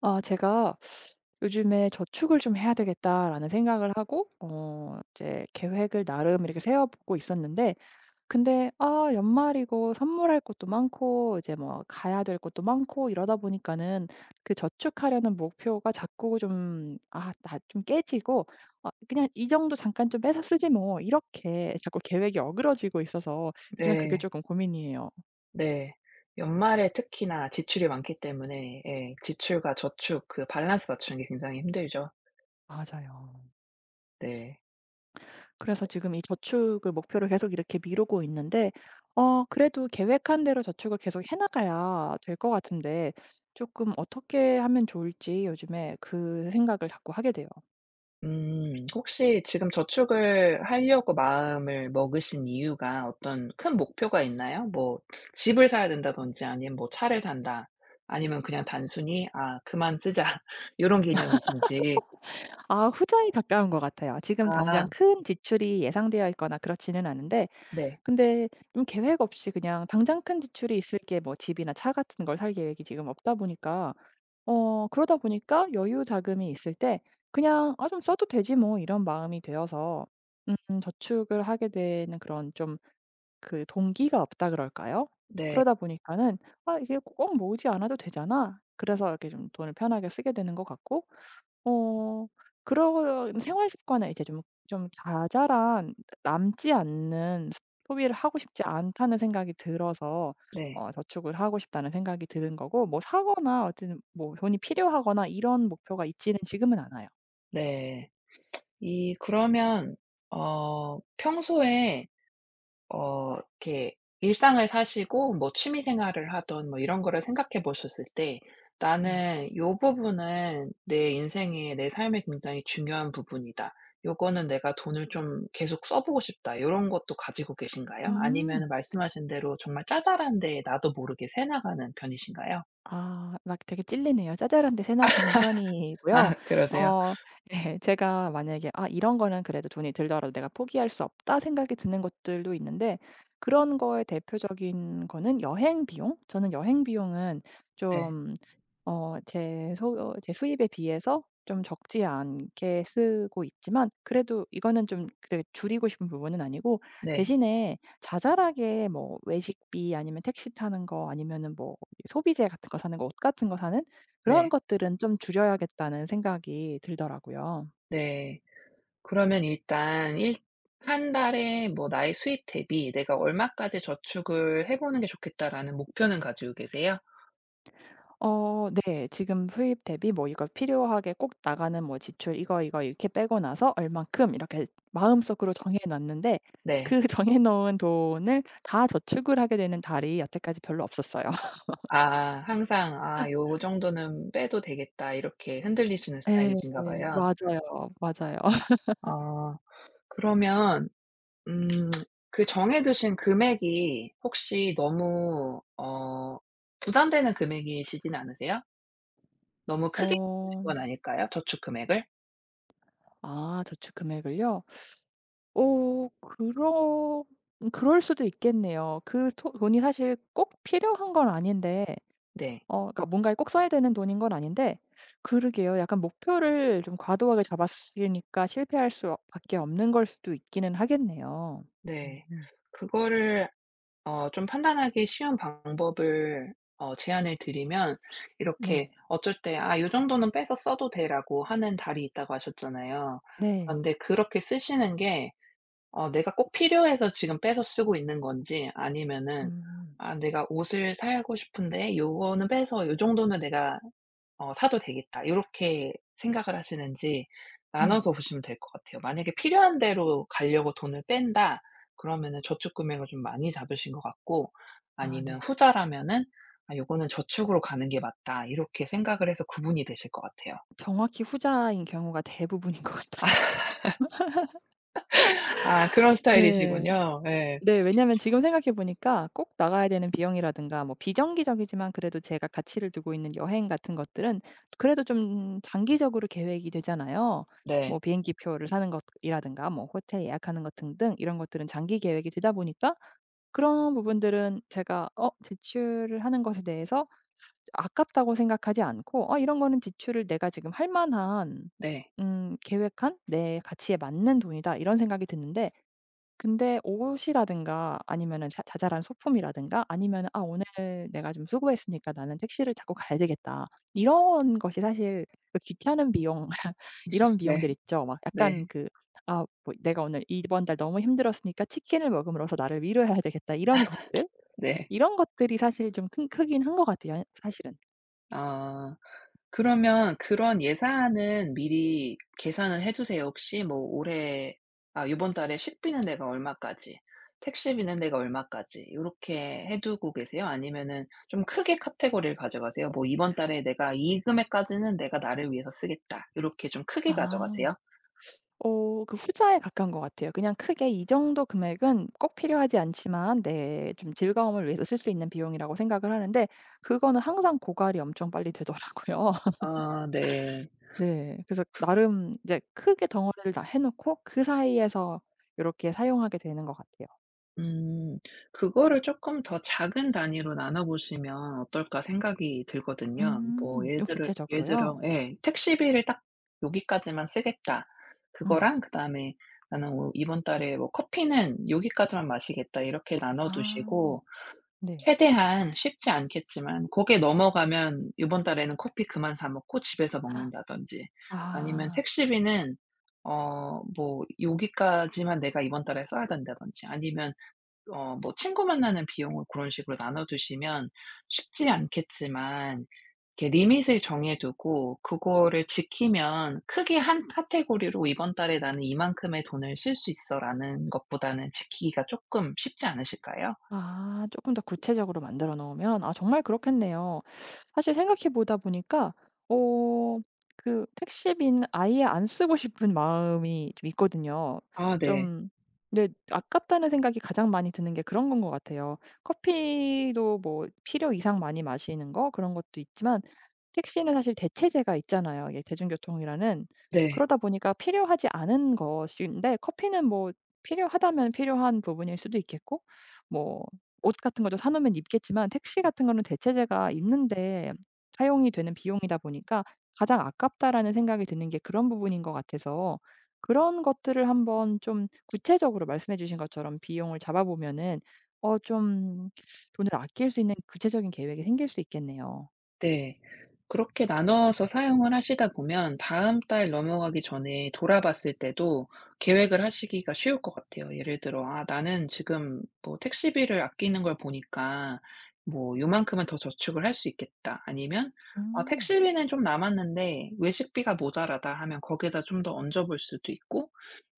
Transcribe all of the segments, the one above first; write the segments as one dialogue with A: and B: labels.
A: 아, 제가 요즘에 '저축을 좀 해야 되겠다.'라는 생각을 하고 이제 계획을 나름 이렇게 세워 보고 있었는데. 근데 연말이고 선물할 것도 많고 이제 뭐 가야 될 곳도 많고 이러다 보니까는 그 저축하려는 목표가 자꾸 좀 나 좀 깨지고, 그냥 '이 정도 잠깐 좀 빼서 쓰지 뭐.' 이렇게 자꾸 계획이 어그러지고 있어서 요즘에 그게
B: 네.
A: 조금 고민이에요.
B: 네. 연말에 특히나 지출이 많기 때문에, 예, 지출과 저축 그 밸런스 맞추는 게 굉장히 힘들죠.
A: 맞아요.
B: 네.
A: 그래서 지금 이 저축을 목표로 계속 이렇게 미루고 있는데, 그래도 계획한 대로 저축을 계속 해 나가야 될 것 같은데 조금 어떻게 하면 좋을지 요즘에 그 생각을 자꾸 하게 돼요.
B: 혹시 지금 저축을 하려고 마음을 먹으신 이유가 어떤 큰 목표가 있나요? 뭐 집을 사야 된다든지, 아니면 뭐 차를 산다, 아니면 그냥 단순히 '아 그만 쓰자.' 요런 개념이신지.
A: 아, 후자에 가까운 것 같아요. 지금 당장
B: 아
A: 큰 지출이 예상되어 있거나 그렇지는 않은데.
B: 네.
A: 근데 좀 계획 없이 그냥 당장 큰 지출이 있을 게 뭐 집이나 차 같은 걸 살 계획이 지금 없다 보니까 그러다 보니까 여유 자금이 있을 때 그냥 '아 좀 써도 되지 뭐.' 이런 마음이 되어서 저축을 하게 되는 그런 좀 그 동기가 없다 그럴까요?
B: 네.
A: 그러다 보니까는 '아 이게 꼭 모으지 않아도 되잖아.' 그래서 이렇게 좀 돈을 편하게 쓰게 되는 것 같고 어 그런 생활 습관을 이제 좀 자잘한, 남지 않는 소비를 하고 싶지 않다는 생각이 들어서
B: 네.
A: 저축을 하고 싶다는 생각이 드는 거고, 뭐 사거나 어쨌든 뭐 돈이 필요하거나 이런 목표가 있지는 지금은 않아요.
B: 네. 이 그러면 평소에 이렇게 일상을 사시고 뭐 취미 생활을 하던 뭐 이런 거를 생각해 보셨을 때
A: 네.
B: '나는 요 부분은 내 인생에 내 삶에 굉장히 중요한 부분이다. 요거는 내가 돈을 좀 계속 써 보고 싶다.' 요런 것도 가지고 계신가요? 아니면
A: 음.
B: 말씀하신 대로 정말 짜잘한 데 나도 모르게 새 나가는 편이신가요?
A: 아, 막 되게 찔리네요. 짜잘한데 새 나가는 편이고요.
B: 아 그러세요?
A: 어. 네. 제가 만약에 '아 이런 거는 그래도 돈이 들더라도 내가 포기할 수 없다.' 생각이 드는 것들도 있는데, 그런 거의 대표적인 거는 여행 비용? 저는 여행 비용은
B: 네.
A: 좀, 어 제 소 어 제 수입에 비해서 좀 적지 않게 쓰고 있지만 그래도 이거는 좀 그래 줄이고 싶은 부분은 아니고,
B: 네.
A: 대신에 자잘하게 뭐 외식비, 아니면 택시 타는 거, 아니면은 뭐 소비재 같은 거 사는 거, 옷 같은 거 사는 그런
B: 네.
A: 것들은 좀 줄여야겠다는 생각이 들더라고요.
B: 네. 그러면 일단 일 한 달에 뭐 나의 수입 대비 '내가 얼마까지 저축을 해 보는 게 좋겠다.'라는 목표는 가지고 계세요?
A: 어, 네. 지금 수입 대비 뭐 이거 필요하게 꼭 나가는 뭐 지출 이거, 이거 이렇게 빼고 나서 얼만큼 이렇게 마음속으로 정해 놨는데,
B: 네.
A: 그 정해 놓은 돈을 다 저축을 하게 되는 달이 여태까지 별로 없었어요.
B: 아 항상 '아 요 정도는 빼도 되겠다.' 이렇게 흔들리시는
A: 네.
B: 스타일이신가 봐요.
A: 맞아요. 맞아요.
B: 어 그러면 음 그 정해 두신 금액이 혹시 너무 부담되는 금액이시진 않으세요? 너무 크게 잡신
A: 어.
B: 건 아닐까요? 저축 금액을?
A: 아, 저축 금액을요? 오, 그러 그럴 수도 있겠네요. 그 토 돈이 사실 꼭 필요한 건 아닌데,
B: 네.
A: 그러니까 뭔가에 꼭 써야 되는 돈인 건 아닌데, 그러게요. 약간 목표를 좀 과도하게 잡았으니까 실패할 수 밖에 없는 걸 수도 있기는 하겠네요.
B: 네.
A: 음.
B: 그거를 좀 판단하기 쉬운 방법을 제안을 드리면, 이렇게
A: 네.
B: 어쩔 때 "아 요 정도는 빼서 써도 돼."라고 하는 달이 있다고 하셨잖아요.
A: 네.
B: 그런데 그렇게 쓰시는 게 내가 꼭 필요해서 지금 빼서 쓰고 있는 건지, 아니면은
A: 음.
B: '아 내가 옷을 사고 싶은데 요거는 빼서 요 정도는 내가 '사도 되겠다.' 요렇게 생각을 하시는지
A: 음.
B: 나눠서 보시면 될 것 같아요. 만약에 필요한 데로 가려고 돈을 뺀다 그러면은 저축 금액을 좀 많이 잡으신 것 같고,
A: 아, 네.
B: 아니면 후자라면은 '아 요거는 저축으로 가는 게 맞다.' 이렇게 생각을 해서 구분이 되실 것 같아요.
A: 정확히 후자인 경우가 대부분인 것 같아요.
B: 아 그런
A: 네.
B: 스타일이시군요. 예.
A: 네. 왜냐면 하 지금 생각해 보니까 꼭 나가야 되는 비용이라든가 뭐 비정기적이지만 그래도 제가 가치를 두고 있는 여행 같은 것들은 그래도 좀 장기적으로 계획이 되잖아요. 뭐
B: 네.
A: 비행기 표를 사는 것이라든가 뭐 호텔 예약하는 것 등등 이런 것들은 장기 계획이 되다 보니까, 그런 부분들은 제가 지출을 하는 것에 대해서 아깝다고 생각하지 않고, 이런 거는 지출을 내가 지금 할 만한
B: 네.
A: 계획한 내 가치에 맞는 돈이다.' 이런 생각이 드는데, 근데 옷이라든가 아니면은 자 자잘한 소품이라든가, 아니면은 '아 오늘 내가 좀 수고했으니까 나는 택시를 타고 가야 되겠다.' 이런 것이 사실 그 귀찮은 비용 이런
B: 네. 네.
A: 비용들 있죠. 막 약간
B: 네.
A: 그, '아 뭐 내가 오늘 이번 달 너무 힘들었으니까 치킨을 먹음으로써 나를 위로해야 되겠다.' 이런 것들?
B: 네.
A: 이런 것들이 사실 좀 큰 크긴 한 것 같아요 사실은.
B: 아. 그러면 그런 예산은 미리 계산을 해 두세요. 혹시 뭐 올해, 아 요번 달에 식비는 내가 얼마까지, 택시비는 내가 얼마까지 요렇게 해 두고 계세요? 아니면은 좀 크게 카테고리를 가져가세요? 뭐 '이번 달에 내가 이 금액까지는 내가 나를 위해서 쓰겠다.' 요렇게 좀 크게
A: 아.
B: 가져가세요?
A: 그 후자에 가까운 것 같아요. 그냥 크게 이 정도 금액은 꼭 필요하지 않지만 내 좀 즐거움을 위해서 쓸 수 있는 비용이라고 생각을 하는데, 그거는 항상 고갈이 엄청 빨리 되더라고요.
B: 아 네.
A: 네. 그래서 나름 이제 크게 덩어리를 다 해 놓고 그 사이에서 이렇게 사용하게 되는 것 같아요.
B: 음. 그거를 조금 더 작은 단위로 나눠 보시면 어떨까 생각이 들거든요. 뭐
A: 음. 좀
B: 예를 들어
A: 구체적으로요?
B: 예. '택시비를 딱 여기까지만 쓰겠다.'
A: 음.
B: 그거랑 그다음에 '나는 오 이번 달에 뭐 커피는 여기까지만 마시겠다.' 이렇게 나눠
A: 아.
B: 두시고,
A: 네.
B: 최대한 쉽지 않겠지만 거기에 넘어가면 이번 달에는 커피 그만 사 먹고 집에서 먹는다든지, 아니면
A: 아.
B: 택시비는 어 뭐 여기까지만 내가 이번 달에 써야 된다.'든지, 아니면 뭐 친구 만나는 비용을 그런 식으로 나눠 두시면, 쉽지 않겠지만 이렇게 리밋을 정해 두고 그거를 지키면, 크게 한 카테고리로 '이번 달에 나는 이만큼의 돈을 쓸 수 있어.'라는 것보다는 지키기가 조금 쉽지 않으실까요?
A: 아, 조금 더 구체적으로 만들어 놓으면 아, 정말 그렇겠네요. 사실 생각해 보다 보니까 어 그 택시비는 아예 안 쓰고 싶은 마음이 좀 있거든요.
B: 아 네.
A: 좀, 근데 아깝다는 생각이 가장 많이 드는 게 그런 건 것 같아요. 커피도 뭐 필요 이상 많이 마시는 거, 그런 것도 있지만, 택시는 사실 대체제가 있잖아요, 이게 대중교통이라는.
B: 네.
A: 그러다 보니까 필요하지 않은 것인데, 커피는 뭐 필요하다면 필요한 부분일 수도 있겠고, 뭐 옷 같은 것도 사 놓으면 입겠지만, 택시 같은 거는 대체재가 있는데 사용이 되는 비용이다 보니까 '가장 아깝다.'라는 생각이 드는 게 그런 부분인 것 같아서, 그런 것들을 한번 좀 구체적으로 말씀해 주신 것처럼 비용을 잡아 보면은 좀 돈을 아낄 수 있는 구체적인 계획이 생길 수 있겠네요.
B: 네. 그렇게 나눠서 사용을 하시다 보면 다음 달 넘어가기 전에 돌아봤을 때도 계획을 하시기가 쉬울 것 같아요. 예를 들어 '아 나는 지금 뭐 택시비를 아끼는 걸 보니까 뭐 요만큼은 더 저축을 할 수 있겠다.' 아니면 '아
A: 음.
B: 택시비는 좀 남았는데 외식비가 모자라다.' 하면 거기에다 좀 더 얹어 볼 수도 있고,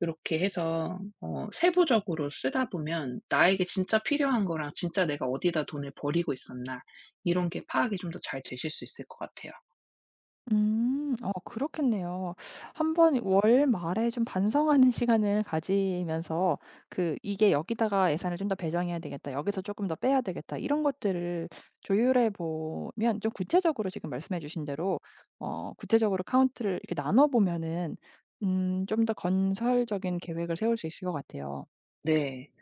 B: 이렇게 해서 세부적으로 쓰다 보면 나에게 진짜 필요한 거랑 진짜 내가 어디다 돈을 버리고 있었나, 이런 게 파악이 좀 더 잘 되실 수 있을 것 같아요.
A: 음. 그렇겠네요. 한 번 월말에 좀 반성하는 시간을 가지면서 그 '이게 여기다가 예산을 좀 더 배정해야 되겠다. 여기서 조금 더 빼야 되겠다.' 이런 것들을 조율해 보면 좀 구체적으로 지금 말씀해 주신 대로, 구체적으로 카운트를 이렇게 나눠 보면은 좀 더 건설적인 계획을 세울 수 있을 것 같아요.
B: 네.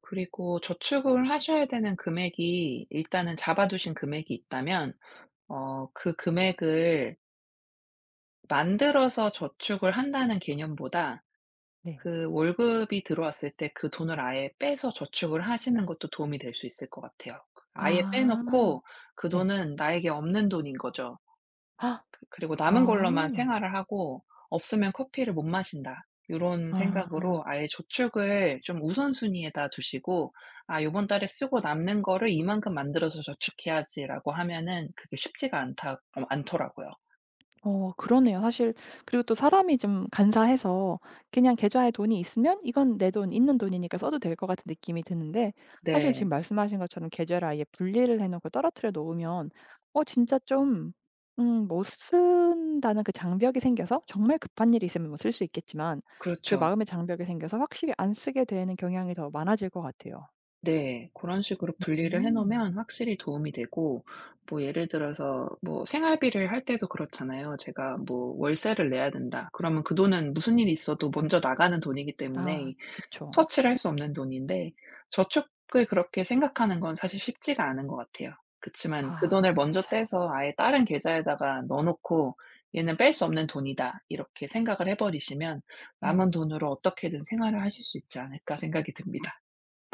B: 그리고 저축을 하셔야 되는 금액이, 일단은 잡아 두신 금액이 있다면 그 금액을 만들어서 저축을 한다는 개념보다,
A: 네.
B: 그 월급이 들어왔을 때 그 돈을 아예 빼서 저축을 하시는 것도 도움이 될 수 있을 것 같아요. 그 아예 빼
A: 아.
B: 놓고 그
A: 네.
B: 돈은 나에게 없는 돈인 거죠.
A: 아.
B: 그리고 남은 걸로만
A: 아.
B: 생활을 하고, 없으면 커피를 못 마신다. 요런
A: 아.
B: 생각으로 아예 저축을 좀 우선순위에다 두시고, '아 요번 달에 쓰고 남는 거를 이만큼 만들어서 저축해야지.'라고 하면은 그게 쉽지가 않다 어 않더라고요.
A: 그러네요. 사실 그리고 또 사람이 좀 간사해서 그냥 계좌에 돈이 있으면 이건 내 돈 있는 돈이니까 써도 될 것 같은 느낌이 드는데, 사실 지금
B: 네.
A: 말씀하신 것처럼 계좌를 아예 분리를 해 놓고 떨어뜨려 놓으면 진짜 좀 못 쓴다는 그 장벽이 생겨서, 정말 급한 일이 있으면 뭐 쓸 수 있겠지만 그
B: 그렇죠.
A: 마음의 장벽이 생겨서 확실히 안 쓰게 되는 경향이 더 많아질 것 같아요.
B: 네. 고런 식으로 분리를 해
A: 음.
B: 놓으면 확실히 도움이 되고, 뭐 예를 들어서 뭐 생활비를 할 때도 그렇잖아요. 제가 뭐 월세를 내야 된다. 그러면 그 돈은 무슨 일이 있어도 먼저 나가는 돈이기
A: 아,
B: 때문에
A: 그쵸.
B: 터치를 할 수 없는 돈인데, 저축을 그렇게 생각하는 건 사실 쉽지가 않은 것 같아요. 그치만 그
A: 아,
B: 돈을 먼저
A: 맞아요.
B: 떼서 아예 다른 계좌에다가 넣어 놓고 '얘는 뺄 수 없는 돈이다.' 이렇게 생각을 해 버리시면
A: 음.
B: '남은 돈으로 어떻게든 생활을 하실 수 있지 않을까.' 생각이 듭니다.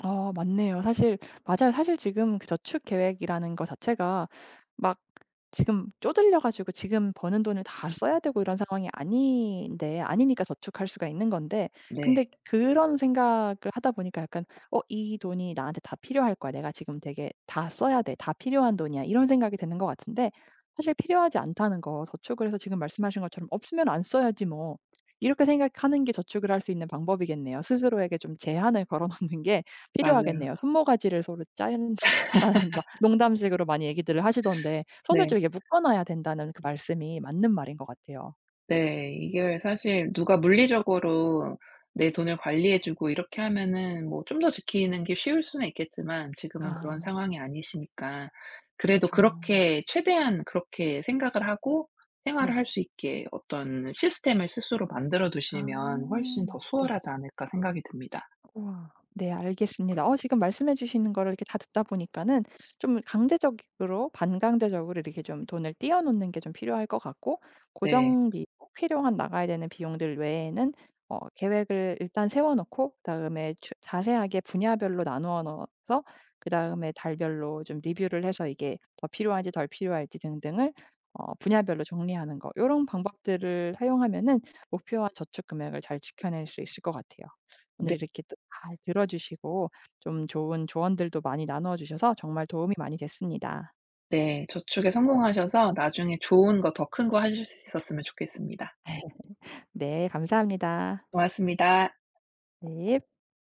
A: 아, 맞네요. 사실 맞아요. 사실 지금 그 저축 계획이라는 것 자체가 막 지금 쪼들려 가지고 지금 버는 돈을 다 써야 되고 이런 상황이 아닌데, 아니니까 저축할 수가 있는 건데, 근데
B: 네.
A: 그런 생각을 하다 보니까 약간 이 돈이 나한테 다 필요할 거야. 내가 지금 되게 다 써야 돼. 다 필요한 돈이야.' 이런 생각이 드는 것 같은데, 사실 필요하지 않다는 거, 저축을 해서 지금 말씀하신 것처럼 '없으면 안 써야지 뭐.' 이렇게 생각하는 게 저축을 할 수 있는 방법이겠네요. 스스로에게 좀 제한을 걸어 놓는 게
B: 맞아요.
A: 필요하겠네요. "손모가지를 서로 자른다."라는 막 농담식으로 많이 얘기들을 하시던데, 손을
B: 네.
A: 좀 이렇게 묶어 놔야 된다는 그 말씀이 맞는 말인 것 같아요.
B: 네. 이게 사실 누가 물리적으로 내 돈을 관리해 주고 이렇게 하면은 뭐 좀 더 지키는 게 쉬울 수는 있겠지만, 지금은 그런
A: 아,
B: 상황이 아니시니까 그래도
A: 그쵸.
B: 그렇게 최대한 그렇게 생각을 하고 생활을
A: 네.
B: 할 수 있게 어떤 시스템을 스스로 만들어
A: 아.
B: 두시면 훨씬 더
A: 네.
B: 수월하지 않을까 생각이 듭니다.
A: 우와. 네, 알겠습니다. 지금 말씀해 주시는 거를 이렇게 다 듣다 보니까는 좀 강제적으로, 반강제적으로 이렇게 좀 돈을 띄어 놓는 게 좀 필요할 것 같고,
B: 네.
A: 고정비 꼭 필요한 나가야 되는 비용들 외에는 계획을 일단 세워 놓고, 그다음에 자세하게 분야별로 나누어 넣어서, 그다음에 달별로 좀 리뷰를 해서 이게 더 필요한지 덜 필요할지 등등을 분야별로 정리하는 거, 이런 방법들을 사용하면은 목표와 저축 금액을 잘 지켜낼 수 있을 것 같아요. 오늘
B: 네
A: 이렇게 또 잘 들어 주시고 좀 좋은 조언들도 많이 나누어 주셔서 정말 도움이 많이 됐습니다.
B: 네. 저축에 성공하셔서 나중에 좋은 거 더 큰 거 하실 수 있었으면 좋겠습니다.
A: 네, 감사합니다.
B: 고맙습니다.
A: 네.